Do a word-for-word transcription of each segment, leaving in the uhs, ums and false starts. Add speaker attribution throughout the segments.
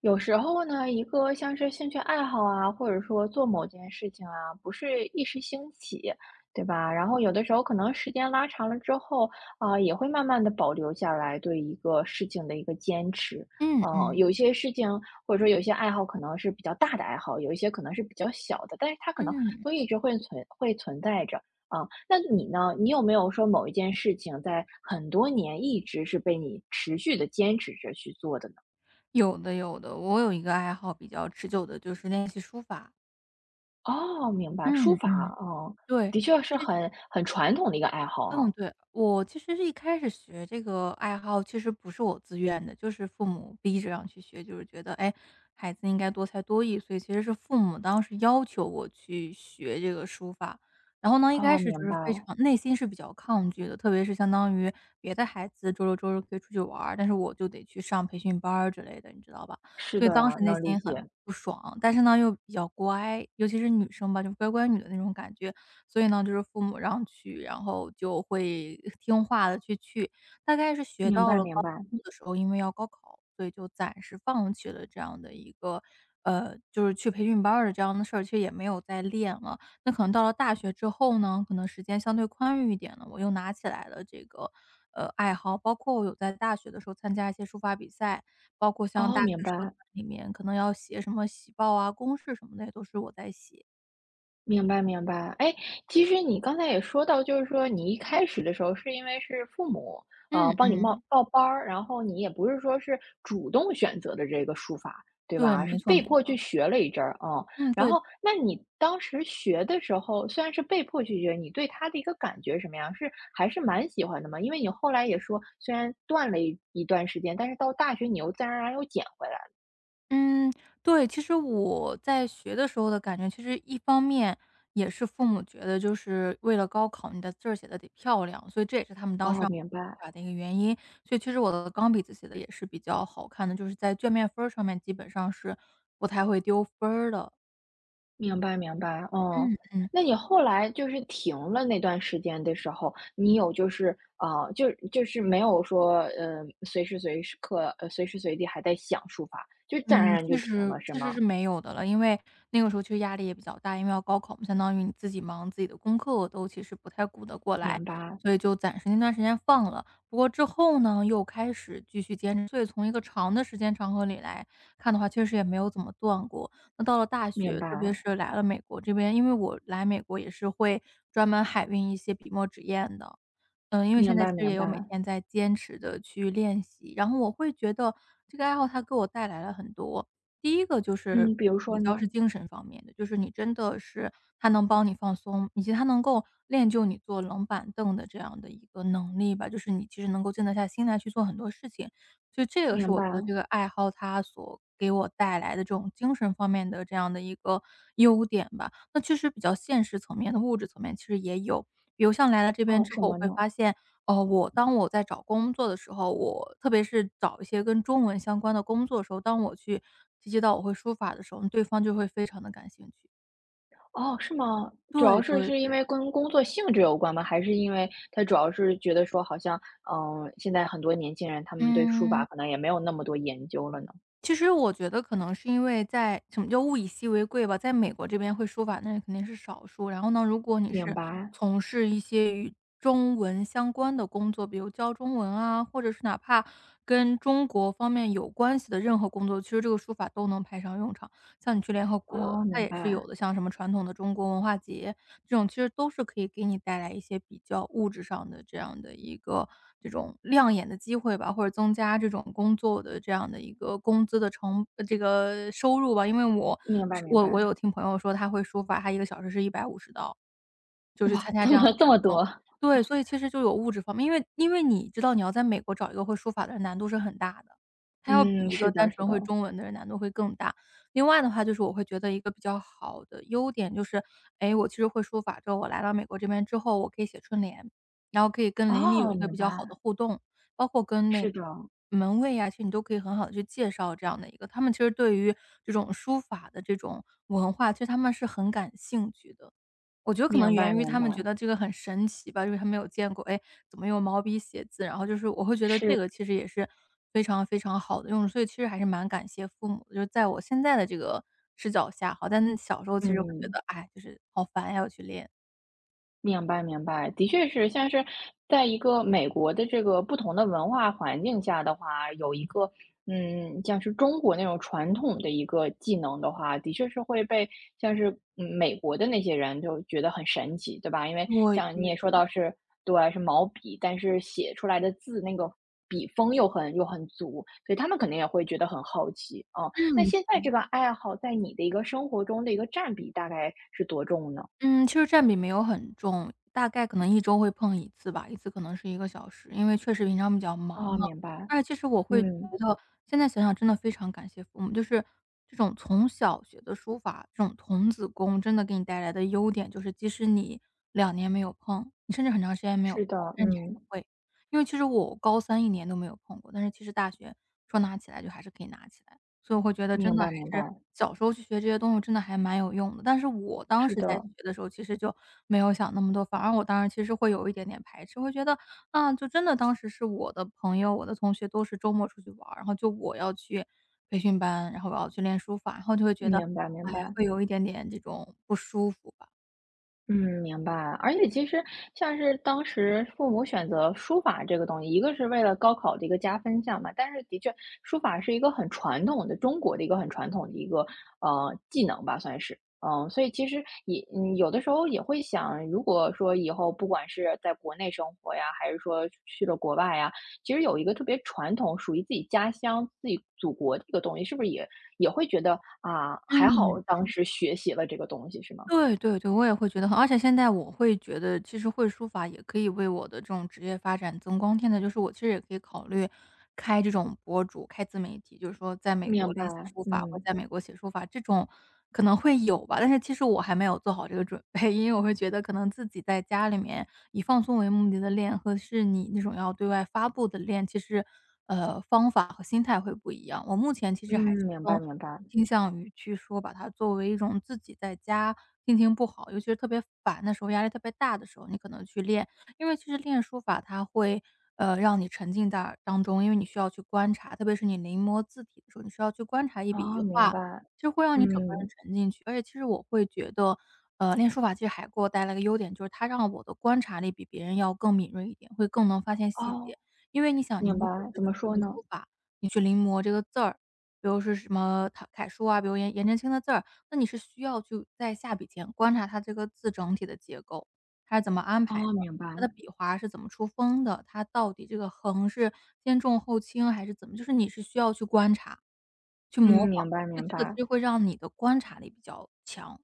Speaker 1: 有时候呢，一个像是兴趣爱好啊，或者说做某件事情啊，不是一时兴起，对吧？然后有的时候可能时间拉长了之后，啊、也会慢慢的保留下来对一个事情的一个坚持。
Speaker 2: 嗯
Speaker 1: 呃，有
Speaker 2: 嗯
Speaker 1: 一些事情或者说有一些爱好可能是比较大的爱好，有一些可能是比较小的，但是它可能
Speaker 2: 嗯。
Speaker 1: 都一直会存会存在着。啊、那你呢？你有没有说某一件事情在很多年一直是被你持续的坚持着去做的呢？
Speaker 2: 有的有的，我有一个爱好比较持久的，就是练习书法。
Speaker 1: 哦，明白，书
Speaker 2: 嗯
Speaker 1: 法，
Speaker 2: 嗯。
Speaker 1: 哦，
Speaker 2: 对，
Speaker 1: 的确是很很传统的一个爱好
Speaker 2: 嗯，
Speaker 1: 啊。
Speaker 2: 对，我其实是一开始学这个爱好，其实不是我自愿的，就是父母逼着让去学，就是觉得，哎，孩子应该多才多艺，所以其实是父母当时要求我去学这个书法。然后呢，一开
Speaker 1: 哦，
Speaker 2: 始就
Speaker 1: 明
Speaker 2: 是
Speaker 1: 白，
Speaker 2: 非常内心是比较抗拒的，特别是相当于别的孩子周六周日可以出去玩儿但是我就得去上培训班儿之类的，你知道吧？
Speaker 1: 是
Speaker 2: 所以当
Speaker 1: 的，
Speaker 2: 时内
Speaker 1: 能理
Speaker 2: 心很
Speaker 1: 解，
Speaker 2: 不爽，但是呢又比较乖，尤其是女生吧，就乖乖女的那种感觉。所以呢，就是父母让去，然后就会 听话的去去。大概是学
Speaker 1: 明
Speaker 2: 到
Speaker 1: 白
Speaker 2: 了高
Speaker 1: 明白，
Speaker 2: 中的时候，因为要高考，所以就暂时放弃了这样的一个呃，就是去培训班儿的这样的事儿，其实也没有再练了。那可能到了大学之后呢，可能时间相对宽裕一点了，我又拿起来了这个，呃，爱好。包括我有在大学的时候参加一些书法比赛，包括像大
Speaker 1: 哦，
Speaker 2: 学
Speaker 1: 明
Speaker 2: 社团
Speaker 1: 白。
Speaker 2: 里面可能要写什么喜报啊、公式什么的，也都是我在写。
Speaker 1: 明白明白，哎，其实你刚才也说到，就是说你一开始的时候是因为是父母，啊
Speaker 2: 嗯
Speaker 1: 帮你报
Speaker 2: 嗯。
Speaker 1: 报班儿，然后你也不是说是主动选择的这个书法，对
Speaker 2: 对，
Speaker 1: 吧？是
Speaker 2: 没错
Speaker 1: 被
Speaker 2: 没
Speaker 1: 迫去
Speaker 2: 错。
Speaker 1: 学了一阵儿啊，嗯。
Speaker 2: 嗯，
Speaker 1: 然
Speaker 2: 对，
Speaker 1: 后，那你当时学的时候，虽然是被迫去学，你对它的一个感觉是什么样？是还是蛮喜欢的嘛？因为你后来也说，虽然断了一一段时间，但是到大学你又自然而然又捡回来了。
Speaker 2: 嗯，对，其实我在学的时候的感觉，其实一方面也是父母觉得就是为了高考，你的字儿写的得漂亮，所以这也是他们当时
Speaker 1: 哦，
Speaker 2: 要
Speaker 1: 明
Speaker 2: 出
Speaker 1: 白。
Speaker 2: 法的一个原因。所以其实我的钢笔字写的也是比较好看的，就是在卷面分儿上面基本上是不太会丢分儿的。
Speaker 1: 明白明白，哦。
Speaker 2: 嗯嗯。
Speaker 1: 那你后来就是停了那段时间的时候，你有就是啊，就就是没有说，呃，随时随时刻呃，随时随地还在想书法，就自然
Speaker 2: 嗯，
Speaker 1: 而然
Speaker 2: 其
Speaker 1: 就停
Speaker 2: 实
Speaker 1: 了，是
Speaker 2: 其实
Speaker 1: 吗？
Speaker 2: 是没有的了，因为那个时候其实压力也比较大，因为要高考嘛，相当于你自己忙自己的功课都其实不太顾得过来，
Speaker 1: 明白，
Speaker 2: 所以就暂时那段时间放了。不过之后呢，又开始继续坚持，所以从一个长的时间长河里来看的话，确实也没有怎么断过。那到了大
Speaker 1: 明
Speaker 2: 学，特别
Speaker 1: 白，
Speaker 2: 是来了美国这边，因为我来美国也是会专门海运一些笔墨纸砚的，嗯，因为现
Speaker 1: 明
Speaker 2: 在其
Speaker 1: 白
Speaker 2: 实也
Speaker 1: 明
Speaker 2: 有每
Speaker 1: 白。
Speaker 2: 天在坚持的去练习，然后我会觉得这个爱好它给我带来了很多。第一个就是
Speaker 1: 嗯，比如
Speaker 2: 比
Speaker 1: 说
Speaker 2: 较
Speaker 1: 呢？
Speaker 2: 是精神方面的，就是你真的是它能帮你放松，以及它能够练就你坐冷板凳的这样的一个能力吧，就是你其实能够静得下心来去做很多事情。所以这个是
Speaker 1: 明
Speaker 2: 我觉得这
Speaker 1: 白。
Speaker 2: 个爱好它所给我带来的这种精神方面的这样的一个优点吧。那确实比较现实层面的物质层面其实也有，比如像来了这边
Speaker 1: 哦，
Speaker 2: 之
Speaker 1: 什
Speaker 2: 后，我
Speaker 1: 么
Speaker 2: 会
Speaker 1: 呢？
Speaker 2: 发现，哦，我当我在找工作的时候，我特别是找一些跟中文相关的工作的时候，当我去提及到我会书法的时候，对方就会非常的感兴趣。
Speaker 1: 哦，是吗？主
Speaker 2: 对
Speaker 1: 要是
Speaker 2: 对
Speaker 1: 是因
Speaker 2: 对，
Speaker 1: 为跟工作性质有关吗？还是因为他主要是觉得说好像，嗯、现在很多年轻人他们对书法
Speaker 2: 嗯。
Speaker 1: 可能也没有那么多研究了呢？
Speaker 2: 其实我觉得可能是因为在什么叫物以稀为贵吧，在美国这边会书法，那肯定是少数。然后呢，如果你
Speaker 1: 明
Speaker 2: 是
Speaker 1: 白，
Speaker 2: 从事一些与中文相关的工作，比如教中文啊，或者是哪怕跟中国方面有关系的任何工作，其实这个书法都能派上用场。像你去联合国，
Speaker 1: 哦，
Speaker 2: 它
Speaker 1: 明
Speaker 2: 也是有
Speaker 1: 白，
Speaker 2: 的，像什么传统的中国文化节这种，其实都是可以给你带来一些比较物质上的这样的一个这种亮眼的机会吧，或者增加这种工作的这样的一个工资的成呃，这个收入吧。因为我
Speaker 1: 明白
Speaker 2: 是
Speaker 1: 明
Speaker 2: 我我
Speaker 1: 白。
Speaker 2: 有听朋友说他会书法，他一个小时是一百五十刀，就是
Speaker 1: 哇，
Speaker 2: 参加
Speaker 1: 怎
Speaker 2: 这样
Speaker 1: 么
Speaker 2: 的
Speaker 1: 这
Speaker 2: 活
Speaker 1: 么
Speaker 2: 动。
Speaker 1: 多。
Speaker 2: 对，所以其实就有物质方面，因为因为你知道你要在美国找一个会书法的人难度是很大的，他要比
Speaker 1: 嗯，
Speaker 2: 一个
Speaker 1: 是的
Speaker 2: 单
Speaker 1: 是
Speaker 2: 纯
Speaker 1: 的。
Speaker 2: 会中文的人难度会更大。另外的话，就是我会觉得一个比较好的优点就是，哎，我其实会书法，之后我来到美国这边之后，我可以写春联，然后可以跟邻里有
Speaker 1: 哦，
Speaker 2: 一个比
Speaker 1: 明白，
Speaker 2: 较好的互动，包括跟那
Speaker 1: 是
Speaker 2: 个
Speaker 1: 的，
Speaker 2: 门卫呀，其实你都可以很好的去介绍这样的一个他们其实对于这种书法的这种文化，其实他们是很感兴趣的。我觉得可能
Speaker 1: 明白
Speaker 2: 源于
Speaker 1: 明
Speaker 2: 他
Speaker 1: 白，
Speaker 2: 们觉得这个很神奇吧，因为他没有见过，哎，怎么用毛笔写字？然后就是我会觉得
Speaker 1: 是，
Speaker 2: 这个其实也是非常非常好的用，所以其实还是蛮感谢父母的。就是在我现在的这个视角下好，但小时候其实会觉
Speaker 1: 嗯。
Speaker 2: 得，哎，就是好烦呀，要去练。
Speaker 1: 明白明白，的确是，像是在一个美国的这个不同的文化环境下的话，有一个嗯，像是中国那种传统的一个技能的话，的确是会被像是嗯美国的那些人就觉得很神奇，对吧？因为
Speaker 2: 我
Speaker 1: 像你
Speaker 2: 对，
Speaker 1: 也说到是，对，是毛笔，但是写出来的字那个笔锋又很又很足，所以他们肯定也会觉得很好奇啊。哦那
Speaker 2: 嗯。
Speaker 1: 现在这个爱好在你的一个生活中的一个占比大概是多重呢？
Speaker 2: 嗯，其实占比没有很重，大概可能一周会碰一次吧一次可能是一个小时，因为确实平常比较忙
Speaker 1: 啊，
Speaker 2: 嘛。
Speaker 1: 明白。
Speaker 2: 而且其实我会觉
Speaker 1: 嗯，
Speaker 2: 得现在想想真的非常感谢父母，就是这种从小学的书法，这种童子功真的给你带来的优点就是即使你两年没有碰，你甚至很长时间没有碰，
Speaker 1: 是的，
Speaker 2: 但是你还是
Speaker 1: 嗯，
Speaker 2: 会。因为其实我高三一年都没有碰过，但是其实大学说拿起来就还是可以拿起来。所以我会觉得真
Speaker 1: 明
Speaker 2: 的还
Speaker 1: 白明
Speaker 2: 是
Speaker 1: 白，
Speaker 2: 小时候去学这些东西真的还蛮有用的。但是我当
Speaker 1: 是
Speaker 2: 时在学
Speaker 1: 的，
Speaker 2: 的时候，其实就没有想那么多，反而我当时其实会有一点点排斥，会觉得，啊，就真的当时是我的朋友、我的同学都是周末出去玩儿，然后就我要去培训班，然后我要去练书法，然后就会觉得，
Speaker 1: 明白明
Speaker 2: 哎
Speaker 1: 白。
Speaker 2: 会有一点点这种不舒服吧。
Speaker 1: 嗯，明白。而且其实像是当时父母选择书法这个东西，一个是为了高考的一个加分项嘛，但是的确，书法是一个很传统的中国的一个很传统的一个呃技能吧，算是。嗯，所以其实也嗯，有的时候也会想，如果说以后不管是在国内生活呀，还是说去了国外呀，其实有一个特别传统、属于自己家乡、自己祖国的一个东西，是不是也也会觉得啊，还
Speaker 2: 嗯。
Speaker 1: 好当时学习了这个东西，是吗？
Speaker 2: 对对对，我也会觉得很而且现在我会觉得，其实会书法也可以为我的这种职业发展增光添彩。就是我其实也可以考虑开这种博主，开自媒体，就是说在美国
Speaker 1: 明白，
Speaker 2: 练习书法，或者
Speaker 1: 嗯，
Speaker 2: 在美国写书法，这种可能会有吧。但是其实我还没有做好这个准备，因为我会觉得可能自己在家里面以放松为目的的练和是你那种要对外发布的练，其实，呃，方法和心态会不一样。我目前其
Speaker 1: 嗯，
Speaker 2: 实还是
Speaker 1: 明白
Speaker 2: 更
Speaker 1: 明白，
Speaker 2: 倾向于去说把它作为一种自己在家心情不好，尤其是特别烦的时候，压力特别大的时候，你可能去练。因为其实练书法它会，呃，让你沉浸在当中，因为你需要去观察，特别是你临摹字体的时候，你需要去观察一笔一
Speaker 1: 哦，明
Speaker 2: 画，
Speaker 1: 白，
Speaker 2: 其实会让你整个人
Speaker 1: 嗯，
Speaker 2: 沉进去。而且其实我会觉得，呃，练书法其实还给我带来个优点，就是它让我的观察力比别人要更敏锐一点，会更能发现细
Speaker 1: 哦，
Speaker 2: 节。因为你想，你
Speaker 1: 明
Speaker 2: 如果
Speaker 1: 白，
Speaker 2: 是
Speaker 1: 怎
Speaker 2: 去
Speaker 1: 么
Speaker 2: 学
Speaker 1: 说
Speaker 2: 习
Speaker 1: 呢？
Speaker 2: 书法，你去临摹这个字儿，比如是什么楷楷书啊，比如颜颜真卿的字儿，那你是需要去在下笔前观察它这个字整体的结构，它是怎么安排的，
Speaker 1: 哦，明白，
Speaker 2: 它的笔划是怎么出锋的，它到底这个横是先重后轻还是怎么，就是你是需要去观察、去
Speaker 1: 嗯，
Speaker 2: 模仿。
Speaker 1: 明白
Speaker 2: 就
Speaker 1: 明
Speaker 2: 这个其
Speaker 1: 白。
Speaker 2: 实会让你的观察力比较强。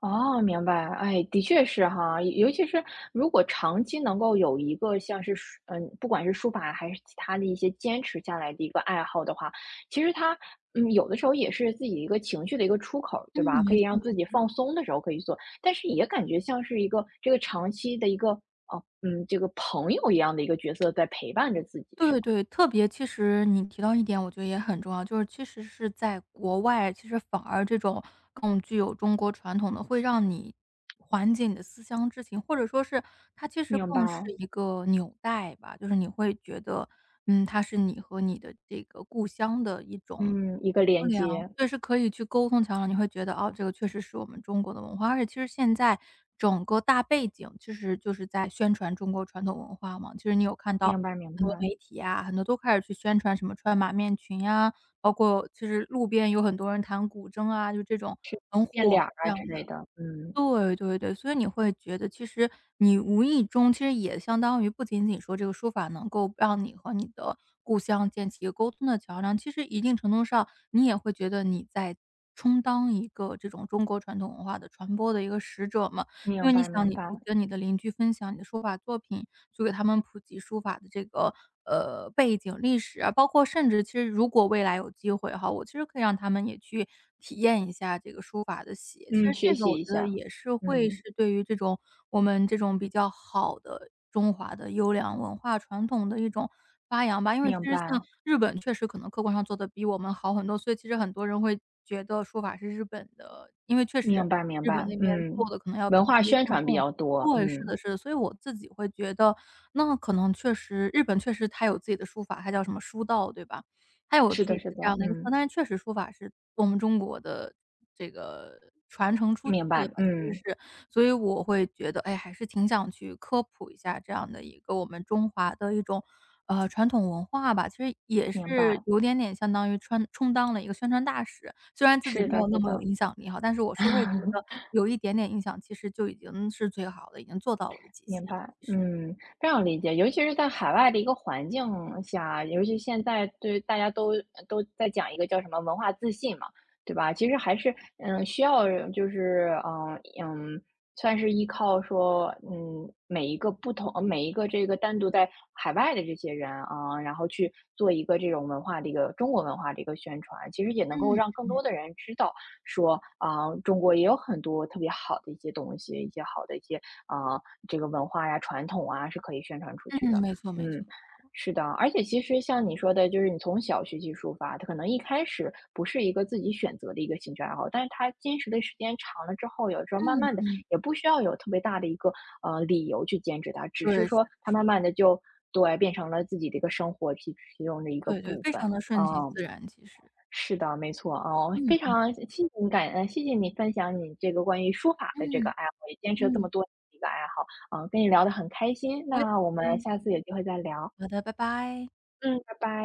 Speaker 1: 哦，明白。哎，的确是哈，尤其是如果长期能够有一个像是书嗯，不管是书法还是其他的一些坚持下来的一个爱好的话，其实它，嗯，有的时候也是自己一个情绪的一个出口
Speaker 2: 嗯，
Speaker 1: 对吧？可
Speaker 2: 没
Speaker 1: 以
Speaker 2: 错
Speaker 1: 让
Speaker 2: 没
Speaker 1: 自己
Speaker 2: 错。
Speaker 1: 放松的时候可以做，但是也感觉像是一个这个长期的一个，哦，嗯，这个朋友一样的一个角色在陪伴着自己，是
Speaker 2: 对
Speaker 1: 吗？
Speaker 2: 对，特别其实你提到一点，我觉得也很重要，就是其实是在国外，其实反而这种更具有中国传统的，会让你缓解你的思乡之情，或者说是它其实
Speaker 1: 明
Speaker 2: 更是
Speaker 1: 白，
Speaker 2: 一个纽带吧，就是你会觉得，嗯，它是你和你的这个故乡的一种
Speaker 1: 嗯，一个
Speaker 2: 桥
Speaker 1: 连
Speaker 2: 梁，
Speaker 1: 接，
Speaker 2: 对，是可以去沟通桥梁，你会觉得，哦，这个确实是我们中国的文化。而且其实现在整个大背景其实就是在宣传中国传统文化嘛，其实你有看到
Speaker 1: 明白明
Speaker 2: 很多
Speaker 1: 白，
Speaker 2: 媒体啊，很多都开始去宣传什么穿马面裙呀，包括其实路边有很多人弹古筝啊，就这种很
Speaker 1: 变脸
Speaker 2: 火
Speaker 1: 儿
Speaker 2: 这
Speaker 1: 啊
Speaker 2: 样
Speaker 1: 之类
Speaker 2: 的。
Speaker 1: 的，嗯，
Speaker 2: 对对对，所以你会觉得其实你无意中其实也相当于不仅仅说这个书法能够让你和你的故乡建起一个沟通的桥梁，其实一定程度上你也会觉得你在充当一个这种中国传统文化的传播的一个使者嘛。因为
Speaker 1: 明
Speaker 2: 你
Speaker 1: 白
Speaker 2: 想
Speaker 1: 明
Speaker 2: 你去
Speaker 1: 白。
Speaker 2: 跟你的邻居分享你的书法作品，去给他们普及书法的这个呃背景、历史啊，包括甚至其实如果未来有机会哈，我其实可以让他们也去体验一下这个书法的写。其
Speaker 1: 嗯，
Speaker 2: 实
Speaker 1: 学
Speaker 2: 这个我
Speaker 1: 习
Speaker 2: 觉
Speaker 1: 一
Speaker 2: 得
Speaker 1: 下。
Speaker 2: 也是会
Speaker 1: 嗯，
Speaker 2: 是对于这种我们这种比较好的中华的优良文化传统的一种发扬吧。因为其
Speaker 1: 明
Speaker 2: 实像
Speaker 1: 白，
Speaker 2: 日本确实可能客观上做的比我们好很多，所以其实很多人会觉得书法是日本的，因为确实
Speaker 1: 明白，明
Speaker 2: 日本
Speaker 1: 白。
Speaker 2: 那边做
Speaker 1: 嗯，
Speaker 2: 的可能要
Speaker 1: 文化
Speaker 2: 更多
Speaker 1: 宣
Speaker 2: 更
Speaker 1: 传比
Speaker 2: 重。
Speaker 1: 较多。
Speaker 2: 对，是的
Speaker 1: 嗯，
Speaker 2: 是的。所以我自己会觉得，那可能确实日本确实它有自己的书法，它叫什么书道，对吧？它有自
Speaker 1: 是
Speaker 2: 己
Speaker 1: 的，
Speaker 2: 的
Speaker 1: 是的。
Speaker 2: 这样的一个，
Speaker 1: 嗯，
Speaker 2: 但是确实书法是我们中国的这个传承出去
Speaker 1: 明
Speaker 2: 的
Speaker 1: 白。
Speaker 2: 吧，其
Speaker 1: 嗯，
Speaker 2: 实是。所以我会觉得，哎，还是挺想去科普一下这样的一个我们中华的一种，呃，传统文化吧。其实也
Speaker 1: 明
Speaker 2: 是
Speaker 1: 白。
Speaker 2: 有点点相当于穿充当了一个宣传大使。虽然自己
Speaker 1: 是
Speaker 2: 没
Speaker 1: 的，
Speaker 2: 有那
Speaker 1: 是
Speaker 2: 么有
Speaker 1: 的。
Speaker 2: 影响力哈，但是我是会觉得 有一点点影响，其实就已经是最好的，已经做到我的极
Speaker 1: 明
Speaker 2: 限了，
Speaker 1: 白，
Speaker 2: 其实。
Speaker 1: 嗯，非常理解，尤其是在海外的一个环境下，尤其现在对大家都都在讲一个叫什么文化自信嘛，对吧？其实还是嗯，需要就是嗯嗯，算是依靠说嗯每一个不同每一个这个单独在海外的这些人啊、然后去做一个这种文化的一个中国文化的一个宣传，其实也能够
Speaker 2: 嗯，
Speaker 1: 让更多的人知道说啊、中国也有很多特别好的一些东西，一些好的一些。啊，这个文化呀、传统啊，是可以宣传出去的。
Speaker 2: 嗯，没错没错。
Speaker 1: 嗯，是的，而且其实像你说的，就是你从小学习书法，它可能一开始不是一个自己选择的一个兴趣爱好，但是它坚持的时间长了之后，有时候慢
Speaker 2: 嗯
Speaker 1: 慢的
Speaker 2: 嗯，
Speaker 1: 也不需要有特别大的一个呃理由去坚持它，只是
Speaker 2: 对，是
Speaker 1: 说
Speaker 2: 的
Speaker 1: 它
Speaker 2: 是
Speaker 1: 慢
Speaker 2: 的，
Speaker 1: 慢的就对变成了自己的一个生活其其中的一个
Speaker 2: 对对，
Speaker 1: 部
Speaker 2: 非
Speaker 1: 分。
Speaker 2: 常的顺其
Speaker 1: 嗯，
Speaker 2: 自然，其实。
Speaker 1: 是的，没错，哦，非
Speaker 2: 嗯，
Speaker 1: 常谢谢你感恩，谢谢你分享你这个关于书法的这个
Speaker 2: 嗯，
Speaker 1: 爱好，也坚持了这么
Speaker 2: 嗯，
Speaker 1: 多年的一个爱好，啊，跟你聊得很开心，
Speaker 2: 我也
Speaker 1: 那我们
Speaker 2: 嗯
Speaker 1: 下次有机会再聊，
Speaker 2: 好的，拜拜。
Speaker 1: 嗯，拜拜。